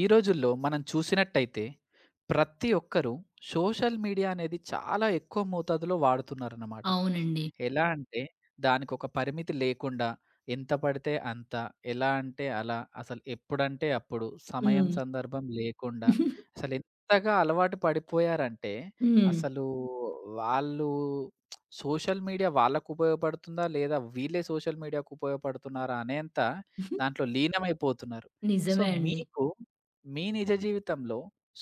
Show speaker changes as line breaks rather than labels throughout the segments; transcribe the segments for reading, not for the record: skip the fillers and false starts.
ఈ రోజుల్లో మనం చూసినట్టయితే ప్రతి ఒక్కరూ సోషల్ మీడియా అనేది చాలా ఎక్కువ మోతాదులో వాడుతున్నారన్నమాట.
అవునండి.
ఎలా అంటే దానికొక పరిమితి లేకుండా ఎంత పడితే అంత, ఎలా అంటే అలా, అసలు ఎప్పుడంటే అప్పుడు, సమయం
హ్మ్.
సందర్భం లేకుండా అసలెంతగా అలవాటు పడిపోయారంటే
హ్మ్.
అసలు వాళ్ళు సోషల్ మీడియా వాళ్ళకు ఉపయోగపడుతుందా? లేదా వీళ్ళే సోషల్ మీడియాకు ఉపయోగపడుతున్నారా? అనేంత దాంట్లో లీనమైపోతున్నారు. సో,
నిజమే అండి.
మీకు మీ నిజ జీవితంలో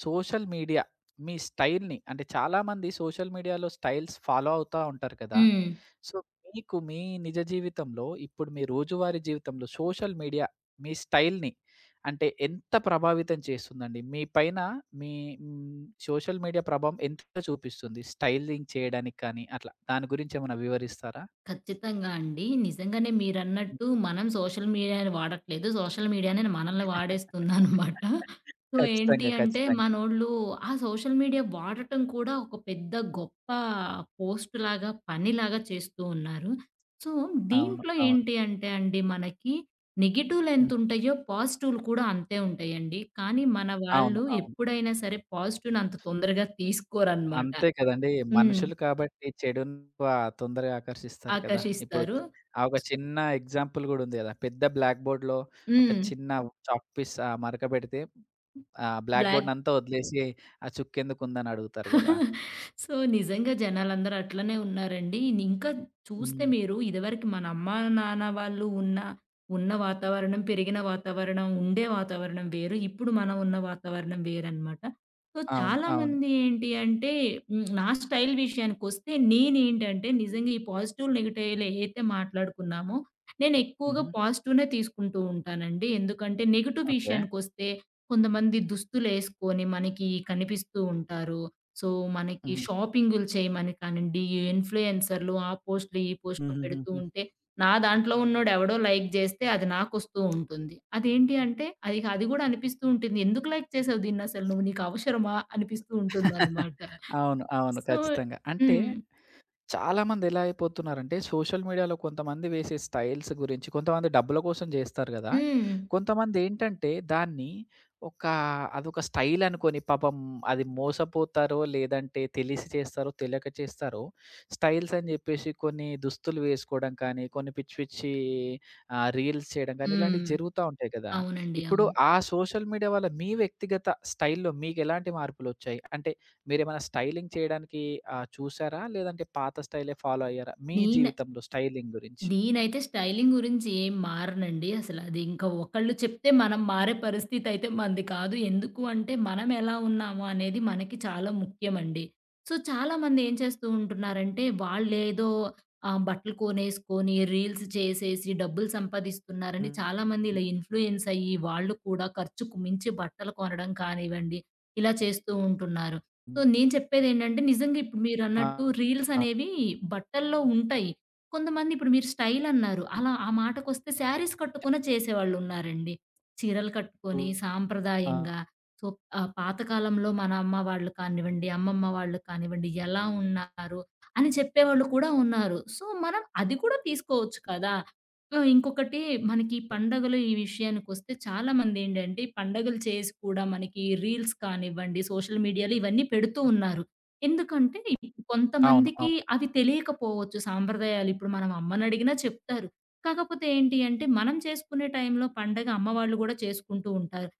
సోషల్ మీడియా మీ స్టైల్‌ని అంటే చాలామంది సోషల్ మీడియాలో స్టైల్స్ ఫాలో అవుతా ఉంటారు కదా!
హ్మ్.
సో, మీకు మీ నిజ జీవితంలో, ఇప్పుడు మీ రోజువారీ జీవితంలో సోషల్ మీడియా మీ స్టైల్‌ని అంటే ఎంత ప్రభావితం చేస్తుందండి? మీ పైన మీ హ్మ్, సోషల్ మీడియా ప్రభావం ఎంత చూపిస్తుంది? స్టైలింగ్ చేయడానికి కానీ అట్లా. దాని గురించి ఏమైనా వివరిస్తారా?
ఖచ్చితంగా అండి. నిజంగానే మీరన్నట్టు మనం సోషల్ మీడియాని వాడట్లేదు. సోషల్ మీడియానే మనల్ని వాడేస్తుందనమాట. సో, ఏంటి
ఖచ్చితంగా.
అంటే
ఖచ్చితంగా.
మనోళ్ళు ఆ సోషల్ మీడియా వాడటం కూడా ఒక పెద్ద గొప్ప పోస్ట్‌లాగా, పనిలాగా చేస్తూ ఉన్నారు. సో,
అవును.
దీంట్లో
అవును.
ఏంటి అంటే అండి మనకి నెగెటివ్‌లు
హ్మ్.
ఎంతుంటాయో పాజిటివ్‌లు కూడా అంతే ఉంటాయండి. కానీ మన
అవును.
వాళ్ళు
అవును.
ఎప్పుడైనా సరే పాజిటివ్‌ని అంత తొందరగా తీసుకోరనమాట.
అంతే కదండీ.
హ్మ్.
మనుషులు కాబట్టి చెడుని వ తొందరగా ఆకర్షిస్తారు కదా! ఇప్పుడు
ఆకర్షిస్తారు.
ఆ ఒక చిన్న ఎగ్జాంపుల్ గూడా ఉంది గదా! పెద్ద బ్లాక్ బోర్డ్‌లో ఒక
హ్మ్.
చిన్న చాక్ పీస్ మరక బెడితే ఆ బ్లాక్
బ్లాక్
బోర్డ్‌నంతా వదిలేసి ఆ చుక్కెందుకుందని అడుగుతారు గదా!
సో, నిజంగా జనాలందరూ అట్లనే ఉన్నారండి. ఇంకా చూస్తే
హ్మ్.
మీరు ఇదివరకు మన అమ్మా, నాన్న వాళ్ళు ఉన్న ఉన్న వాతావరణం, పెరిగిన వాతావరణం, ఉండే వాతావరణం వేరు. ఇప్పుడు మనం ఉన్న వాతావరణం వేరనమాట. సో,
అవును. అవును.
చాలామంది ఏంటి అంటే నా స్టైల్ విషయానికొస్తే నేనేంటంటే నిజంగా ఈ పాజిటివ్, నెగెటివ్‌లు ఏయైతే మాట్లాడుకున్నామో నేనెక్కువగా
హుహు.
పాజిటివ్‌నే తీసుకుంటూ ఉంటానండి. ఎందుకంటే నెగెటివ్
ఓకే.
విషయానికొస్తే కొంతమంది దుస్తులేసుకొని మనకి కనిపిస్తూ ఉంటారు. సో, మనకి
హుహు.
షాపింగులు చేయమని కానియండి, ఈ ఇన్‌ఫ్లుయెన్సర్‌లు ఆ పోస్ట్‌లు, ఈ పోస్ట్‌లు పెడుతూ
హుహుహుహు.
ఉంటే, నా దాంట్లో ఉన్నోడు ఎవడో లైక్ జేస్తే అది నాకొస్తూ ఉంటుంది. అదేంటి అంటే అది అది గూడా అనిపిస్తూ ఉంటుంది. ఎందుకు లైక్ చేసావు దీన్నసలు నువ్వు? నీకు అవసరమా? అనిపిస్తూ ఉంటుందనమాట.
అవును. అవును.
సో
ఖచ్చితంగా. అంటే
హ్మ్.
చాలామంది ఎలా అయిపోతున్నారంటే, సోషల్ మీడియాలో కొంతమంది వేసే స్టైల్స్ గురించి, కొంతమంది డబ్బుల కోసం జేస్తారు గదా!
హ్మ్.
కొంతమందేంటంటే, దాన్ని ఒక అదొక స్టైల్ అనుకోని పాపం అది మోసపోతారో, లేదంటే తెలిసి చేస్తారో, తెలియక చేస్తారో, స్టైల్స్ అని జెప్పేసి కొన్ని దుస్తులు వేసుకోవడం కానీ, కొన్ని పిచ్చి పిచ్చి రీల్స్ చేయడం గానీ, ఇలాంటివి
హ్మ్.
జరుగుతా ఉంటాయి కదా!
అవునండి.
ఇప్పుడు
అవును.
ఆ సోషల్ మీడియా వల్ల మీ వ్యక్తిగత స్టైల్‌లో మీకెలాంటి మార్పులొచ్చాయి? అంటే మీరేమైనా స్టైలింగ్ చేయడానికి చూసారా? లేదంటే పాత స్టైలే ఫాలో అయ్యారా? మీ
నేను
జీవితంలో స్టైలింగ్ గురించి?
నేనైతే స్టైలింగ్ గురించి ఏం మారనండి. అసల అది ఇంకా ఒకళ్ళు చెప్తే మనం మారే పరిస్థితయితే మనది కాదు. ఎందుకు అంటే మనం ఎలా ఉన్నాము అనేది మనకి చాలా ముఖ్యమండి. సో, చాలామంది ఏం చేస్తూ ఉంటున్నారంటే వాళ్ళేదో బట్టలు కొనేసుకొని రీల్స్ చేసేసి డబ్బులు సంపాదిస్తున్నారని
హ్మ్.
చాలామంది ఇలా ఇన్‌ఫ్లూయెన్స్ అయ్యి వాళ్ళు కూడా ఖర్చుకు మించి బట్టలు కొనడం కానివ్వండి, ఇలా చేస్తూ ఉంటున్నారు. సో, నేను చెప్పేదేంటంటే నిజంగా ఇప్పుడు
ఆ!
మీరన్నట్టు రీల్స్
ఆ!
అనేవి బట్టల్లో ఉంటాయి. కొంతమంది ఇప్పుడు మీరు స్టైల్ అన్నారు. అలా ఆ మాటకొస్తే శారీస్ కట్టుకునే చేసేవాళ్ళున్నారండి. చీరలు కట్టుకొని
ఆ!
సాంప్రదాయంగా సో, పాతకాలంలో మన అమ్మ వాళ్ళు కానివ్వండి, అమ్మమ్మ వాళ్ళు కానివ్వండి ఎలా ఉన్నారు అని చెప్పేవాళ్ళు కూడా ఉన్నారు. సో, మనం అది కూడా తీసుకోవచ్చు కదా! సో, ఇంకొకటి మనకి పండగలు ఈ విషయానికొస్తే చాలామందేంటంటే, పండగలు చేసి కూడా మనకి రీల్స్ కానివ్వండి, సోషల్ మీడియాలో ఇవన్నీ పెడుతూ ఉన్నారు. ఎందుకంటే ఇప్పుడు
అవును.
కొంతమందికి
అవును.
అవి తెలియకపోవచ్చు సాంప్రదాయాలు. ఇప్పుడు మనం అమ్మనడిగినా చెప్తారు. కాకపోతే ఏంటి అంటే, మనం చేసుకునే టైంలో పండగ అమ్మ వాళ్ళు గూడా చేసుకుంటూ ఉంటారు.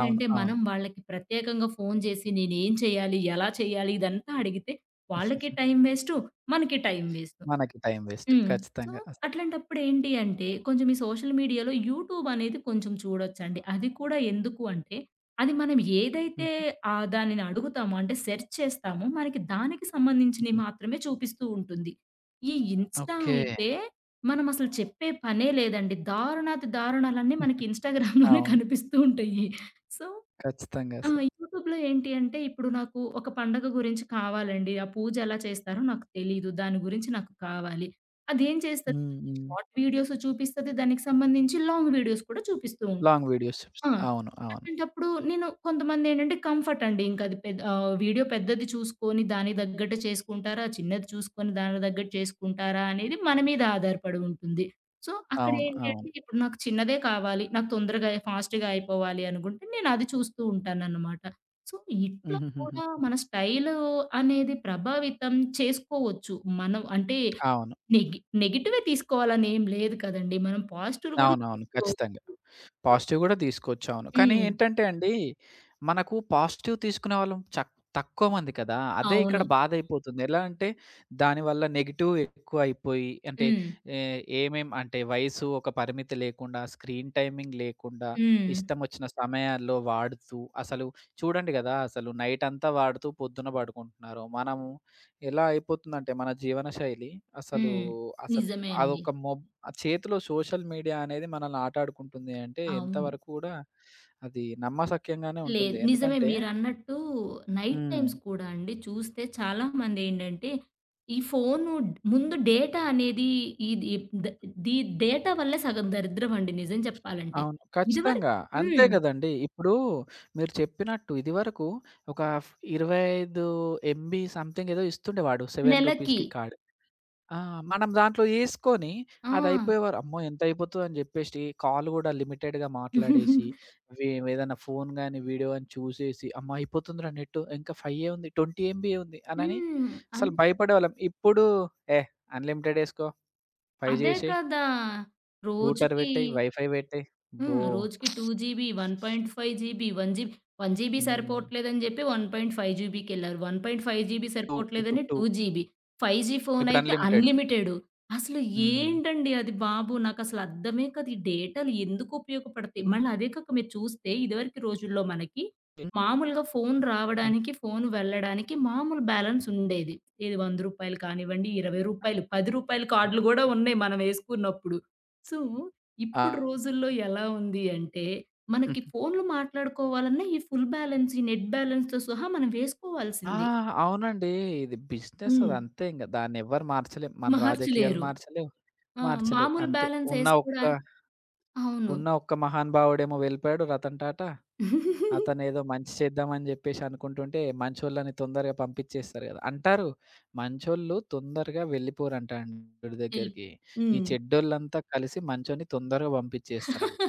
అవును. అవును.
మనం వాళ్ళకి ప్రత్యేకంగా ఫోను జేసి నేనేం చేయాలి? ఎలా చేయాలి? ఇదంతా అడిగితే వాళ్ళకి టైం వేస్టు, మనకి టైం వేస్టు.
మనకి టైం వేస్ట్.
హ్మ్. సో,
ఖచ్చితంగా అసలు.
అట్లాంటప్పుడు ఏంటి అంటే, కొంచెం ఈ సోషల్ మీడియాలో యూట్యూబ్ అనేది కొంచెం చూడొచ్చండి. అది కూడా ఎందుకు అంటే, అది మనం ఏదైతే
హ్మ్.
దానిని అడుగుతామో అంటే సెర్చ్ చేస్తామో, మనకి దానికి సంబంధించినవి
హ్మ్.
మాత్రమే చూపిస్తూ ఉంటుంది. ఈ ఇన్‌స్టా
ఓకే.
అయితే మనం అసలు చెప్పే పనే లేదండి. దారుణాతి దారుణాలన్నీ మనకి ఇన్‌స్టాగ్రామ్‌లోనే
అవును.
కనిపిస్తూ ఉంటాయి. సో
ఖచ్చితంగా
ఆ!
అసలు.
యూట్యూబ్‌లో ఏంటి అంటే, ఇప్పుడు నాకు ఒక పండగ గురించి కావాలండి. ఆ పూజ ఎలా చేస్తారో నాకు తెలీదు. దాని గురించి నాకు కావాలి. అదేం చేస్తది
హ్మ్. హ్మ్.
షార్ట్ వీడియోస్ చూపిస్తది. దానికి సంబంధించి లాంగ్ వీడియోస్ కూడా చూపిస్తూ ఉంటుంది.
Long videos.
ఆ!
అవును. అవును.
అట్లాంటప్పుడు నేను కొంతమందేంటంటే కంఫర్ట్ అండి. ఇంకది పెద్ వీడియో పెద్దది చూసుకొని దానికి తగ్గట్టు చేసుకుంటారా? చిన్నది చూసుకొని దానికి తగ్గట్టు చేసుకుంటారా? అనేది మన మీద ఆధారపడి ఉంటుంది. సో,
అవును.
అక్కడేంటి
అవును.
అంటే ఇప్పుడు నాకు చిన్నదే కావాలి. నాకు తొందరగా ఫాస్ట్‌గా అయిపోవాలి అనుకుంటే నేనది చూస్తూ ఉంటాననమాట. సో, ఇట్లా
హుహుహుహు.
కూడా మన స్టైలు అనేది ప్రభావితం చేసుకోవచ్చు. మనం అంటే
అవును.
నెగెటివే తీసుకోవాలని ఏం లేదు కదండీ. మనం పాజిటివ్‌లు కూడా
అవునవును.
తీసుకోవచ్చు.
ఖచ్చితంగా. పాజిటివ్ గూడా తీసుకోవచ్చు. అవును. కానీ
హ్మ్.
ఏంటంటే అండి, మనకు పాజిటివ్ తీసుకునే వాళ్ళు తక్కువ మంది కదా! అదే
అవును.
ఇక్కడ బాధయిపోతుంది. ఎలా అంటే, దానివల్ల నెగెటివ్ ఎక్కువయిపోయి అంటే
హ్మ్.
ఏమేం అంటే వయసు ఒక పరిమితి లేకుండా, స్క్రీన్ టైమింగ్ లేకుండా,
హ్మ్.
ఇష్టమొచ్చిన సమయాల్లో వాడుతూ, అసలు చూడండి గదా! అసలు నైటంతా వాడుతూ పొద్దున పడుకుంటున్నారు. మనము ఎలా అయిపోతుందంటే మన జీవనశైలి అసలు,
హ్మ్.
అసలు
నిజమే అండి.
అదొక ఆ చేతిలో సోషల్ మీడియా అనేది మనల్ని ఆటాడుకుంటుంది అంటే
అవును.
ఎంతవరకు కూడా అది నమ్మశక్యంగానే ఉంటుంది.
లేదు నిజమే
ఎందుకంటే
మీరన్నట్టు నైట్
హ్మ్.
టైమ్స్ కూడా అండి చూస్తే చాలా మందేంటంటే, ఈ ఫోను ముందు డేటా అనేది ఇది ద ది డేటా వల్లే సగం దరిద్రం అండి నిజం చెప్పాలంటే.
అవును.
ఇదివర
ఖచ్చితంగా. అంతే
హ్మ్.
గదండీ. ఇప్పుడు మీరు చెప్పినట్టు ఇదివరకు ఒక 25 ఎంబీ సంథింగ్ ఏదో ఇస్తుండేవాడు. రూ.
నెలకి.
7కి కార్డ్. ఆ! మనం దాంట్లో యేసుకొని
ఆ!
అదయిపోయేవారు. అమ్మో! ఎంతయిపోతదని జెప్పేసి కాల్ గూడా లిమిటెడ్‌గా మాట్లాడేసి, వే ఏదైనా ఫోను గాని, వీడియో గాని చూసేసి, అమ్మ! అయిపోతుందిరా నెట్టు ఇంకా 5 ఉంది. 20 ఎంబీయే ఉంది అనని
హ్మ్.
అసలు
అన్
భయపడేవాళ్ళం. ఇప్పుడు ఏ అన్‌లిమిటెడ్ యేసుకో, 5
అదే
జేసేయి,
కదా!
రూటర్
రోజుకి
పెట్టేయి, వైఫై పెట్టేయి. అబ్బో!
హ్మ్. రోజుకి 2 జీబీ, 1.5 జీబీ, 1 జీబీ
హ్మ్.
సరిపోవట్లేదని జెప్పి 1.5 జీబీకెళ్లారు. 1.5 జీబీ
2 ఇప్పుడు
సరిపోవట్లేదని
2
2 జీబీ. 5 జీ
ఇప్పుడు
ఫోనయితే
అన్‌లిమిటెడ్.
అన్‌లిమిటెడు. అసలు
హ్మ్.
ఏంటండి అది బాబు! నాకసలు అర్థమే కాదు. ఈ డేటాలు ఎందుకు ఉపయోగపడతాయి? మళ్ళీ అదే కాక మీరు చూస్తే ఇదివరకు రోజుల్లో మనకి
హ్మ్.
మామూలుగా ఫోను రావడానికి, ఫోను వెళ్ళడానికి మామూలు బ్యాలెన్స్ ఉండేది. ఏది రూ. 100 కానివ్వండి, రూ. 20, రూ. 10
హ్మ్.
కార్డులు గూడా ఉన్నాయి మనం యేసుకున్నప్పుడు. సో
ఆ!
ఇప్పుడు రోజుల్లో ఎలా ఉంది అంటే, మనకి ఫోన్‌లో మాట్లాడుకోవాలన్నా ఈ ఫుల్ బ్యాలెన్స్, ఈ నెట్ బ్యాలెన్స్‌తో సహా మనం
ఆ!
వేసుకోవాల్సిందే.
అవునండి. ఇది బిజినెస్
హ్మ్.
అది అంతే ఇంక. దాన్నెవ్వరు మార్చలేం. మన రాజకీయాలు
మార్చలేరు.
మార్చలేవు,
ఆ!
మార్చలేవు
మామూలు
అంతే.
బ్యాలెన్స్
ఉన్న ఒక్క
ఏసుకోడా అవును.
ఉన్న ఒక్క మహానుభావుడేమో వెళ్ళిపోయాడు రతన్ టాటా. అతనేదో మంచి చేద్దామని జెప్పేసి అనుకుంటుంటే, మంచోళ్ళని తొందరగా పంపిచ్చేస్తారు గదా! అంటారు మంచోళ్ళు తొందరగా వెళ్ళిపోరంట అండి చెడు
ఎల్
దగ్గరికి. ఈ
హ్మ్.
చెడ్డోళ్ళంతా కలిసి మంచోన్ని తొందరగా పంపిచ్చేస్తారంట.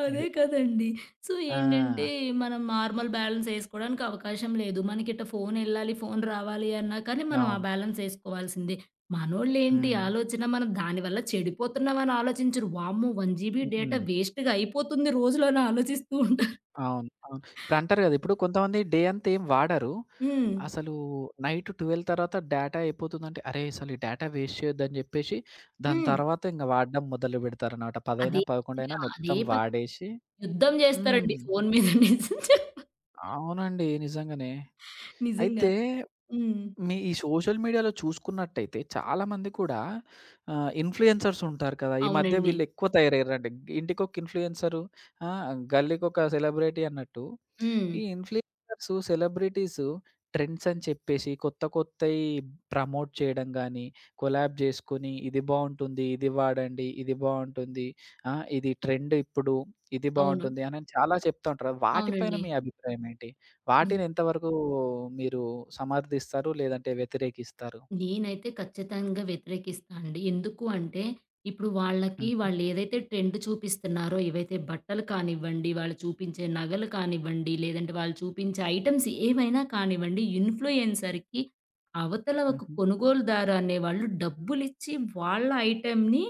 అదే
ఇది.
కదండీ. సో,
ఆ!
ఏంటంటే మనం నార్మల్ బ్యాలెన్స్ ఏసుకోడానికి అవకాశం లేదు. మనకిట్ట ఫోనెళ్ళాలి, ఫోను రావాలి అన్నా కానీ మనం ఆ
అవును.
బ్యాలెన్స్ ఏసుకోవాల్సిందే. మనోళ్ళేంటి
హ్మ్.
ఆలోచన, మనం దాని వల్ల చెడిపోతున్నామని ఆలోచించరు. వామ్మో! 1 జీబీ డేటా
హ్మ్.
వేస్ట్‌గా అయిపోతుంది రోజులో అని ఆలోచిస్తూ ఉంటారు.
అవును. అవును. ఇప్పుడంటారు గదా! ఇప్పుడు కొంతమంది డే అంతా ఏం వాడరు.
హ్మ్.
అసలు నైట్ 12 తర్వాత డేటా అయిపోతుందంటే, అరే! అసలు ఈ డేటా వేస్ట్ చేయొద్దని జెప్పేసి, దాని
హ్మ్.
తర్వాత ఇంగ వాడడం మొదలుబెడతారనమాట. 10
అదే
11
అదే
మొత్తం
పని
వాడేసి
యుద్ధం
హ్మ్.
జేస్తారండి ఫోను మీద నిజం చెప్పా
అవునండి. నిజంగానే.
నిజంగా.
అయితే
హ్మ్.
మీ ఈ సోషల్ మీడియాలో చూసుకున్నట్టయితే చాలామంది కూడా ఇన్‌ఫ్లుయెన్సర్స్ ఉంటారు కదా! ఈ మధ్య
అవునండి.
వీళ్ళు ఎక్కువ తయారయ్యారండి. ఇంటికొక ఇన్‌ఫ్లుయెన్సరు గల్లీకొక సెలబ్రిటీ అన్నట్టు.
హ్మ్.
ఈ ఇన్‌ఫ్లుయెన్సర్స్, సెలబ్రిటీస్ ట్రెండ్స్ అని చెప్పేసి కొత్త కొత్తయి ప్రమోట్ చేయడం గానీ, కొలాబ్ చేసుకొని ఇది బావుంటుంది, ఇది వాడండి, ఇది బావుంటుంది, ఆ! ఇది ట్రెండ్ ఇప్పుడు, ఇది
అవును.
బావుంటుంది అని చాలా చెప్తా ఉంటారు. వాటిపైన
అవునండి.
మీ అభిప్రాయం ఏంటి? వాటిని
నిజం.
ఎంతవరకు మీరు సమర్థిస్తారు? లేదంటే వ్యతిరేకిస్తారు?
నేనైతే ఖచ్చితంగా వ్యతిరేకిస్తా అండి. ఎందుకు అంటే, ఇప్పుడు వాళ్ళకి
హుహు.
వాళ్ళేదైతే ట్రెండ్ చూపిస్తున్నారో, ఏవైతే బట్టలు కానివ్వండి, వాళ్ళు చూపించే నగలు కానివ్వండి, లేదంటే వాళ్ళు చూపించే ఐటెమ్స్ ఏవైనా కానివ్వండి, ఇన్‌ఫ్లుయెన్సర్‌కి అవతల ఒక
హుహు.
కొనుగోలుదారు అనేవాళ్ళు డబ్బులిచ్చి వాళ్ళ ఐటెమ్‌ని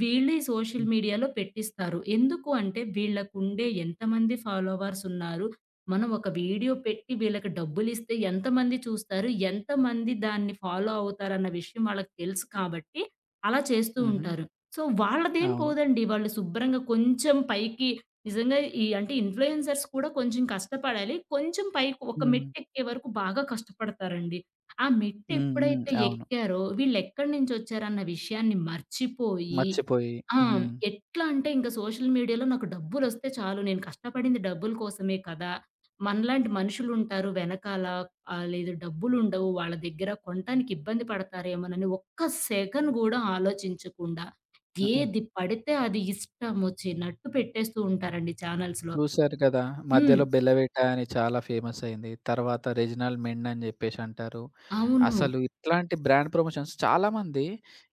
వీళ్ళు ఈ సోషల్
హ్మ్.
మీడియాలో పెట్టిస్తారు. ఎందుకు అంటే, వీళ్ళకుండే ఎంతమంది ఫాలోవర్స్ ఉన్నారు? మనం ఒక వీడియో పెట్టి వీళ్ళకి డబ్బులిస్తే ఎంతమంది చూస్తారు? ఎంతమంది దాన్ని ఫాలో అవుతారన్న విషయం వాళ్ళకి తెలుసు కాబట్టి అలా చేస్తూ
హుహు.
ఉంటారు. సో, వాళ్ళదేం
అవును.
పోదండి. వాళ్ళు శుభ్రంగా కొంచెం పైకి నిజంగా ఈ అంటే ఇన్‌ఫ్లుయెన్సర్స్ కూడా కొంచెం కష్టపడాలి. కొంచెం పైకి ఒక
హ్మ్.
మెట్టెక్కే వరకు బాగా కష్టపడతారండి. ఆ
హ్మ్. హ్మ్.
మెట్టెప్పుడైతే
అవును.
ఎక్కారో వీళ్ళెక్కడి నుంచొచ్చారన్న విషయాన్ని మర్చిపోయి
మర్చిపోయి.
ఆ!
హ్మ్.
ఎట్లా అంటే ఇంక సోషల్ మీడియాలో నాకు డబ్బులొస్తే చాలు. నేను కష్టపడింది డబ్బుల కోసమే కదా! మనలాంటి మనుషులుంటారు వెనకాల. లేదు డబ్బులుండవు. వాళ్ళ దగ్గర కొనటానికి ఇబ్బంది పడతారేమోనని ఒక్క సెకను గూడా ఆలోచించకుండా
హుహు.
ఏది పడితే అది ఇష్టమొచ్చినట్టు పెట్టేస్తూ ఉంటారండి ఛానల్స్‌లో.
చూసారు కదా!
హ్మ్.
మధ్యలో 'బెల్లవేట' అని చాలా ఫేమస్ అయింది. తర్వాత 'రెజినల్ మెండ్' అని జెప్పేసి అంటారు.
అవును.
అసలు ఇట్లాంటి బ్రాండ్ ప్రమోషన్స్ చాలామంది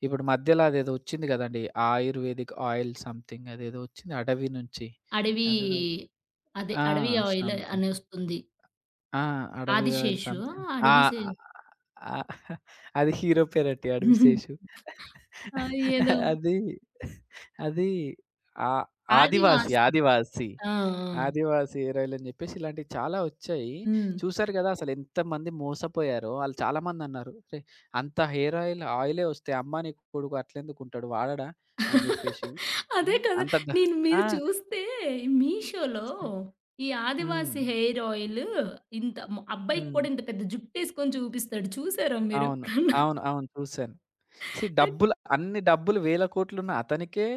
ఇప్పుడు మధ్యలో అదేదో వచ్చింది గదండీ! ఆయుర్వేదిక్ ఆయిల్ సంథింగ్ అదేదో వచ్చింది అడవి నుంచి.
అడవి
అదేదో
అదే
ఆ!
అడవి ఆయిల్
సంథింగ్.
అనొస్తుంది.
ఆ! 'అడవి ఆయిల్'
ఆదిశేషు
సంథింగ్. ఆ!
అడవి శే
ఆ! అది హీరో పేరటి 'అడవి శేషు.'
ఆ! ఏదో
అది, అది ఆ
ఆదివాసు.
ఆదివాసి.
ఆ! ఆ!
'ఆదివాసి' హీరోయిల్ అని చెప్పేసి ఇలాంటివి చాలా వచ్చాయి.
హ్మ్.
చూసారు కదా! అసలు ఎంతమంది మోసపోయారో! ఆళ్ళు చాలామందన్నారు. "అరే! అంత హెయిర్ ఆయిల్ ఆయిలే వస్తే అమ్మ నీ కొడుకు అట్లెందుకుంటాడు వాడడా?" అని చెప్పేసి. ఆ!
అదే కదా!
అంత డ
నేను
ఆ!
మీరు చూస్తే మీషోలో ఈ
హ్మ్.
ఆదివాసి హెయిర్ ఆయిల్ ఇంత మ అబ్బాయికి
హ్మ్.
కూడా ఇంత పెద్ద జుట్టేసుకొని చూపిస్తాడు. చూసారా
అవును.
మీరెప్పుడన్నా?
అవును. అవును. చూసాను. సీ
నాకు
డబ్బులు అన్ని డబ్బులు వేల కోట్లున్న అతనికే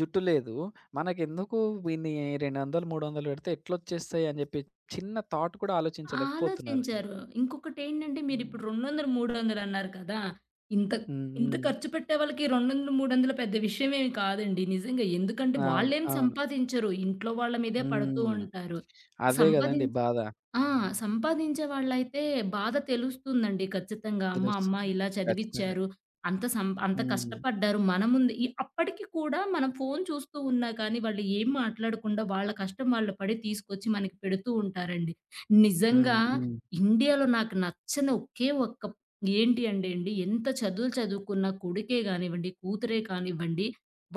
జుట్టు లేదు. మనకెందుకు వీన్ని 200, 300 పెడితే ఎట్లొచ్చేస్తాయి అని జెప్పి చిన్న థాట్ కూడా ఆలోచించలేకపోతున్నారు ఇది.
ఆలోచించారు. ఇంకొకటేంటంటే
హ్మ్.
మీరిప్పుడు 200, 300 అన్నారు కదా! ఇంత
హ్మ్.
ఇంత
హ్మ్.
ఖర్చు పెట్టే వాళ్ళకి 200, 300 పెద్ద విషయమేమి కాదండి. నిజంగా. ఎందుకంటే
అవును.
వాళ్ళేం
అవును.
సంపాదించరు. ఇంట్లో వాళ్ళ మీదే పడుతూ
హ్మ్.
ఉంటారు.
అదే గదండీ బాధ.
ఆ! సంపాదించే వాళ్ళైతే బాధ తెలుస్తుందండి ఖచ్చితంగా. అమ్మ, అమ్మ
తెలుస్తుంది.
ఇలా
ఖచ్చితంగా.
చదివిచ్చారు. అంత
హ్మ్.
కష్టపడ్డారు. మన ముందు ఈ అప్పటికి కూడా మనం ఫోను చూస్తూ ఉన్నా కానీ, వాళ్ళు ఏం మాట్లాడకుండా వాళ్ళ కష్టం వాళ్ళు పడి తీసుకొచ్చి మనకి పెడుతూ ఉంటారండి.
హ్మ్.
నిజంగా
హ్మ్.
ఇండియాలో నాకు నచ్చని ఒకే ఒక్క ఏంటి అంటే అండి, ఎంత చదువులు చదువుకున్న కొడుకే కానివ్వండి, కూతురే కానివ్వండి,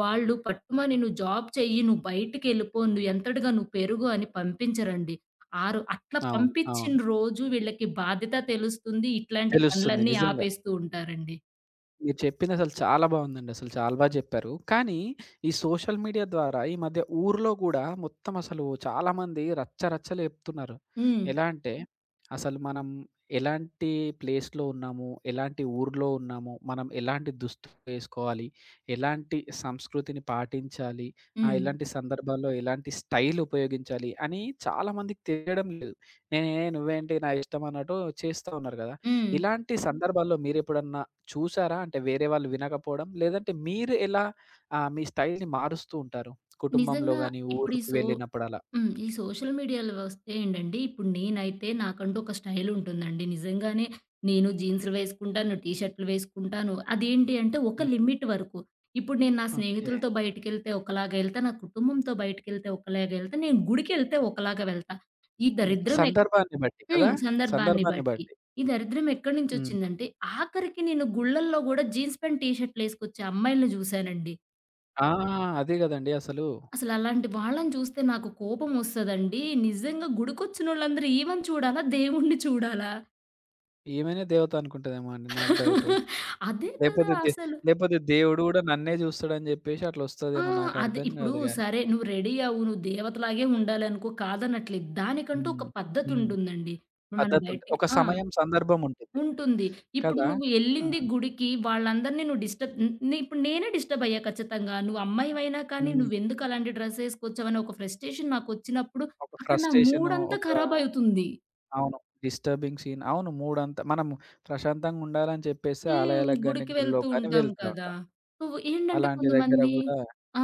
వాళ్ళు పట్టుమని నువ్వు జాబ్ చెయ్యి, నువ్వు బయటికెళ్ళిపో, నువ్వు ఎంతటిగా నువ్వు పెరుగు అని పంపించరండి. ఆరు అట్లా
అవును.
పంపించిన
అవును.
రోజు వీళ్ళకి బాధ్యత తెలుస్తుంది. ఇట్లాంటి
తెలుస్తుంది.
పనులన్నీ
నిజంగా.
ఆపేస్తూ ఉంటారండి.
మీరు చెప్పిందసలు చాలా బావుందండి. అసలు చాలా బా జెప్పారు. కానీ ఈ సోషల్ మీడియా ద్వారా ఈ మధ్య ఊర్లో గూడా మొత్తం అసలు చాలామంది రచ్చ రచ్చలు లేపుతున్నారు.
హ్మ్.
ఎలా అంటే అసలు మనం ఎలాంటి ప్లేస్‌లో ఉన్నాము, ఎలాంటి ఊర్లో ఉన్నాము, మనం ఎలాంటి దుస్తులు వేసుకోవాలి, ఎలాంటి సంస్కృతిని పాటించాలి,
హ్మ్.
ఎలాంటి సందర్భాల్లో ఎలాంటి స్టైల్ ఉపయోగించాలి అని చాలామందికి తెలియడం లేదు. నేనే నువ్వేంటి నా ఇష్టం అన్నట్టు చేస్తా ఉన్నారు గదా!
హ్మ్.
ఇలాంటి సందర్భాల్లో మీరెప్పుడన్నా చూసారా? అంటే వేరే వాళ్ళు వినకపోవడం, లేదంటే మీరు ఎలా మీ స్టైల్‌ని మారుస్తూ ఉంటారు? కుటుంబంలో
నిజంగా
గాని,
ఇప్పుడు ఈ
ఊరుకి
సో
వెళ్ళినప్పుడలా?
హ్మ్. ఈ సోషల్ మీడియాలో వస్తే ఏంటండి, ఇప్పుడు నేనైతే నాకంటూ ఒక స్టైల్ ఉంటుందండి. నిజంగానే నేను జీన్స్‌లు వేసుకుంటాను, టీ షర్ట్‌లు వేసుకుంటాను. అదేంటి అంటే ఒక
హుహు.
లిమిట్ వరకు. ఇప్పుడు నేను నా
ఓకే.
స్నేహితులతో బయటికెళ్తే ఒకలాగా ఎళ్తా, నా కుటుంబంతో బయటికెళ్తే ఒకలాగా ఎళ్తా, నేను గుడికెళ్తే ఒకలాగా వెళ్తా. ఈ
హ్మ్.
దరిద్రం
సందర్భాన్ని బట్టి కదా!
హ్మ్. సందర్భాన్ని
సందర్భాన్ని
బట్టి.
బట్టి.
ఈ దరిద్రం ఎక్కడి
హ్మ్.
నుంచొచ్చిందంటే, ఆఖరికి నేను గుళ్ళల్లో గూడా జీన్స్ ప్యాంట్, టీ షర్ట్‌లేసుకొచ్చే అమ్మాయిల్ని జూసానండి.
ఆ! అదే గదండీ అసలు.
అసలలాంటి వాళ్ళని చూస్తే నాకు కోపమొస్తదండి. నిజంగా గుడికొచ్చినోళ్ళందరూ ఈమెను చూడాలా? దేవుడిని చూడాలా?
ఈమెనే దేవత అనుకుంటదేమో అండి నాకు డౌటు.
అదే కదా
లేపోతే దే
అసలు.
లేపోతే దేవుడు గూడా నన్నే జూస్తాడని జెప్పేసి
ఆ!
అట్లొస్తదేమో
అదే
నాకర్థం
ఇప్పుడు
గాదు గానీ.
సరే నువ్వు రెడీ అవ్వు, నువ్వు దేవతలాగే ఉండాలనుకో కాదనట్లేదు. దానికంటూ
హ్మ్.
ఒక
హ్మ్.
పద్ధతుంటుందండి. ఇప్పుడు మనం
పద్ధతుంటది.
బయటికి
ఒక
ఆ!
సమయం, సందర్భం ఉంటుంది.
ఉంటుంది. ఇప్పుడు
కదా!
నువ్వు
ఆ!
ఎళ్ళింది గుడికి వాళ్ళందరిని నువ్వు డిస్టర్బ్ న్ నే ఇప్పుడు నేనే డిస్టర్బ్ అయ్యా ఖచ్చితంగా. నువ్వు అమ్మాయివైనా కానీ
హ్మ్.
నువ్వెందుకు అలాంటి డ్రెస్ ఏసుకొచ్చావని ఒక ఫ్రస్ట్రేషన్ నాకొచ్చినప్పుడు
ఒక
అక్కడ నా
ఫ్రస్ట్రేషను,
మూడంతా
ఒక
ఖరాబ్ అవుతుంది.
అవును. Disturbing scene. అవును. మూడంతా మనం ప్రశాంతంగా ఉండాలని చెప్పేసి
హ్మ్.
ఆలయాలకు గాని,
గుడికి
గుళ్ళో
వెళ్తూ
కానీ
ఉంటాం
వెళ్తా
కదా!
ఉంటాం.
నువ్వు ఏంటంటే
అలాంటి దగ్గర
కొంతమంది
గూడా
ఆ!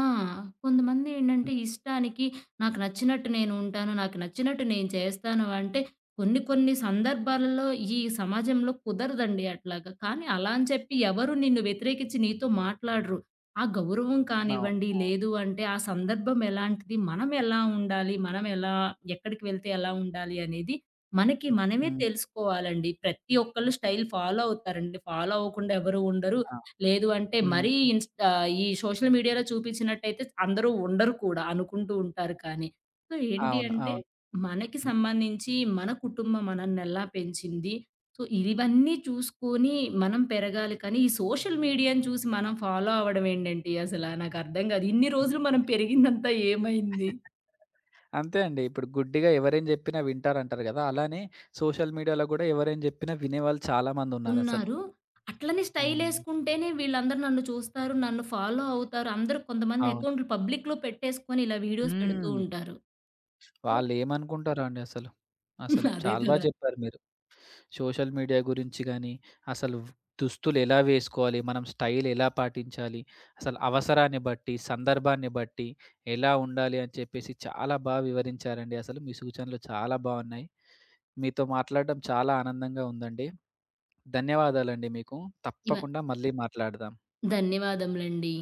కొంతమంది ఏంటంటే
హ్మ్.
ఇష్టానికి నాకు నచ్చినట్టు నేను ఉంటాను. నాకు నచ్చినట్టు నేను చేస్తాను అంటే కొన్ని కొన్ని సందర్భాలలో ఈ సమాజంలో కుదరదండి అట్లాగా. కానీ అలా అని చెప్పి ఎవరు నిన్ను వ్యతిరేకించి నీతో మాట్లాడరు. ఆ గౌరవం
అవును.
కానివ్వండి,
అవును.
లేదు అంటే ఆ సందర్భం ఎలాంటిది, మనం ఎలా ఉండాలి, మనం ఎలా ఎక్కడికి వెళ్తే ఎలా ఉండాలి అనేది మనకి మనమే
హ్మ్.
తెలుసుకోవాలండి. ప్రతి ఒక్కళ్ళు స్టైల్ ఫాలో అవుతారండి. ఫాలో అవ్వకుండా ఎవరు ఉండరు.
ఆ!
లేదు అంటే
హ్మ్.
మరీ ఇన్‌స్టా ఈ సోషల్ మీడియాలో చూపించినట్టయితే అందరూ ఉండరు కూడా అనుకుంటూ ఉంటారు కానీ. సో, ఏంటి
అవును.
అంటే
అవును.
మనకి
హ్మ్.
సంబంధించి మన కుటుంబం మనల్నెలా పెంచింది? సో, ఇవన్నీ చూసుకొని మనం పెరగాలి కానీ ఈ సోషల్ మీడియాని చూసి మనం ఫాలో అవ్వడం ఏంటండి అసల? నాకర్థం కాదు. ఇన్ని రోజులు మనం పెరిగిందంతా ఏమైంది?
అంతే అండి. ఇప్పుడు గుడ్డిగా ఎవరేం జెప్పినా వింటారంటారు గదా! అలానే సోషల్ మీడియాలో గూడా ఎవరేం జెప్పినా వినేవాళ్ళు చాలా మందున్నారసలు.
ఉన్నారు. అట్లని
హ్మ్.
స్టైలేసుకుంటేనే వీళ్ళందరూ నన్ను చూస్తారు. నన్ను ఫాలో అవుతారు. అందరూ కొంతమంది
అవును.
అకౌంట్‌లు పబ్లిక్‌లో పెట్టేసుకొని ఇలా వీడియోస్ పెడుతూ
హ్మ్.
ఉంటారు. సో,
వాళ్ళేమనుకుంటారో అండి అసలు. అసలు
అదే
చాలా బా
కదా!
జెప్పారు మీరు. సోషల్ మీడియా గురించి గానీ, అసలు దుస్తులు ఎలా వేసుకోవాలి? మనం స్టైల్ ఎలా పాటించాలి? అసలు అవసరాన్ని బట్టి, సందర్భాన్ని బట్టి ఎలా ఉండాలి అని చెప్పేసి చాలా బా వివరించారండి. అసలు మీ సూచనలు చాలా బావున్నాయి. మీతో మాట్లాడడం చాలా ఆనందంగా ఉందండి. ధన్యవాదాలండి మీకు.
ఇవ
తప్పకుండా మళ్ళీ మాట్లాడదాం.
ధన్యవాదములండి.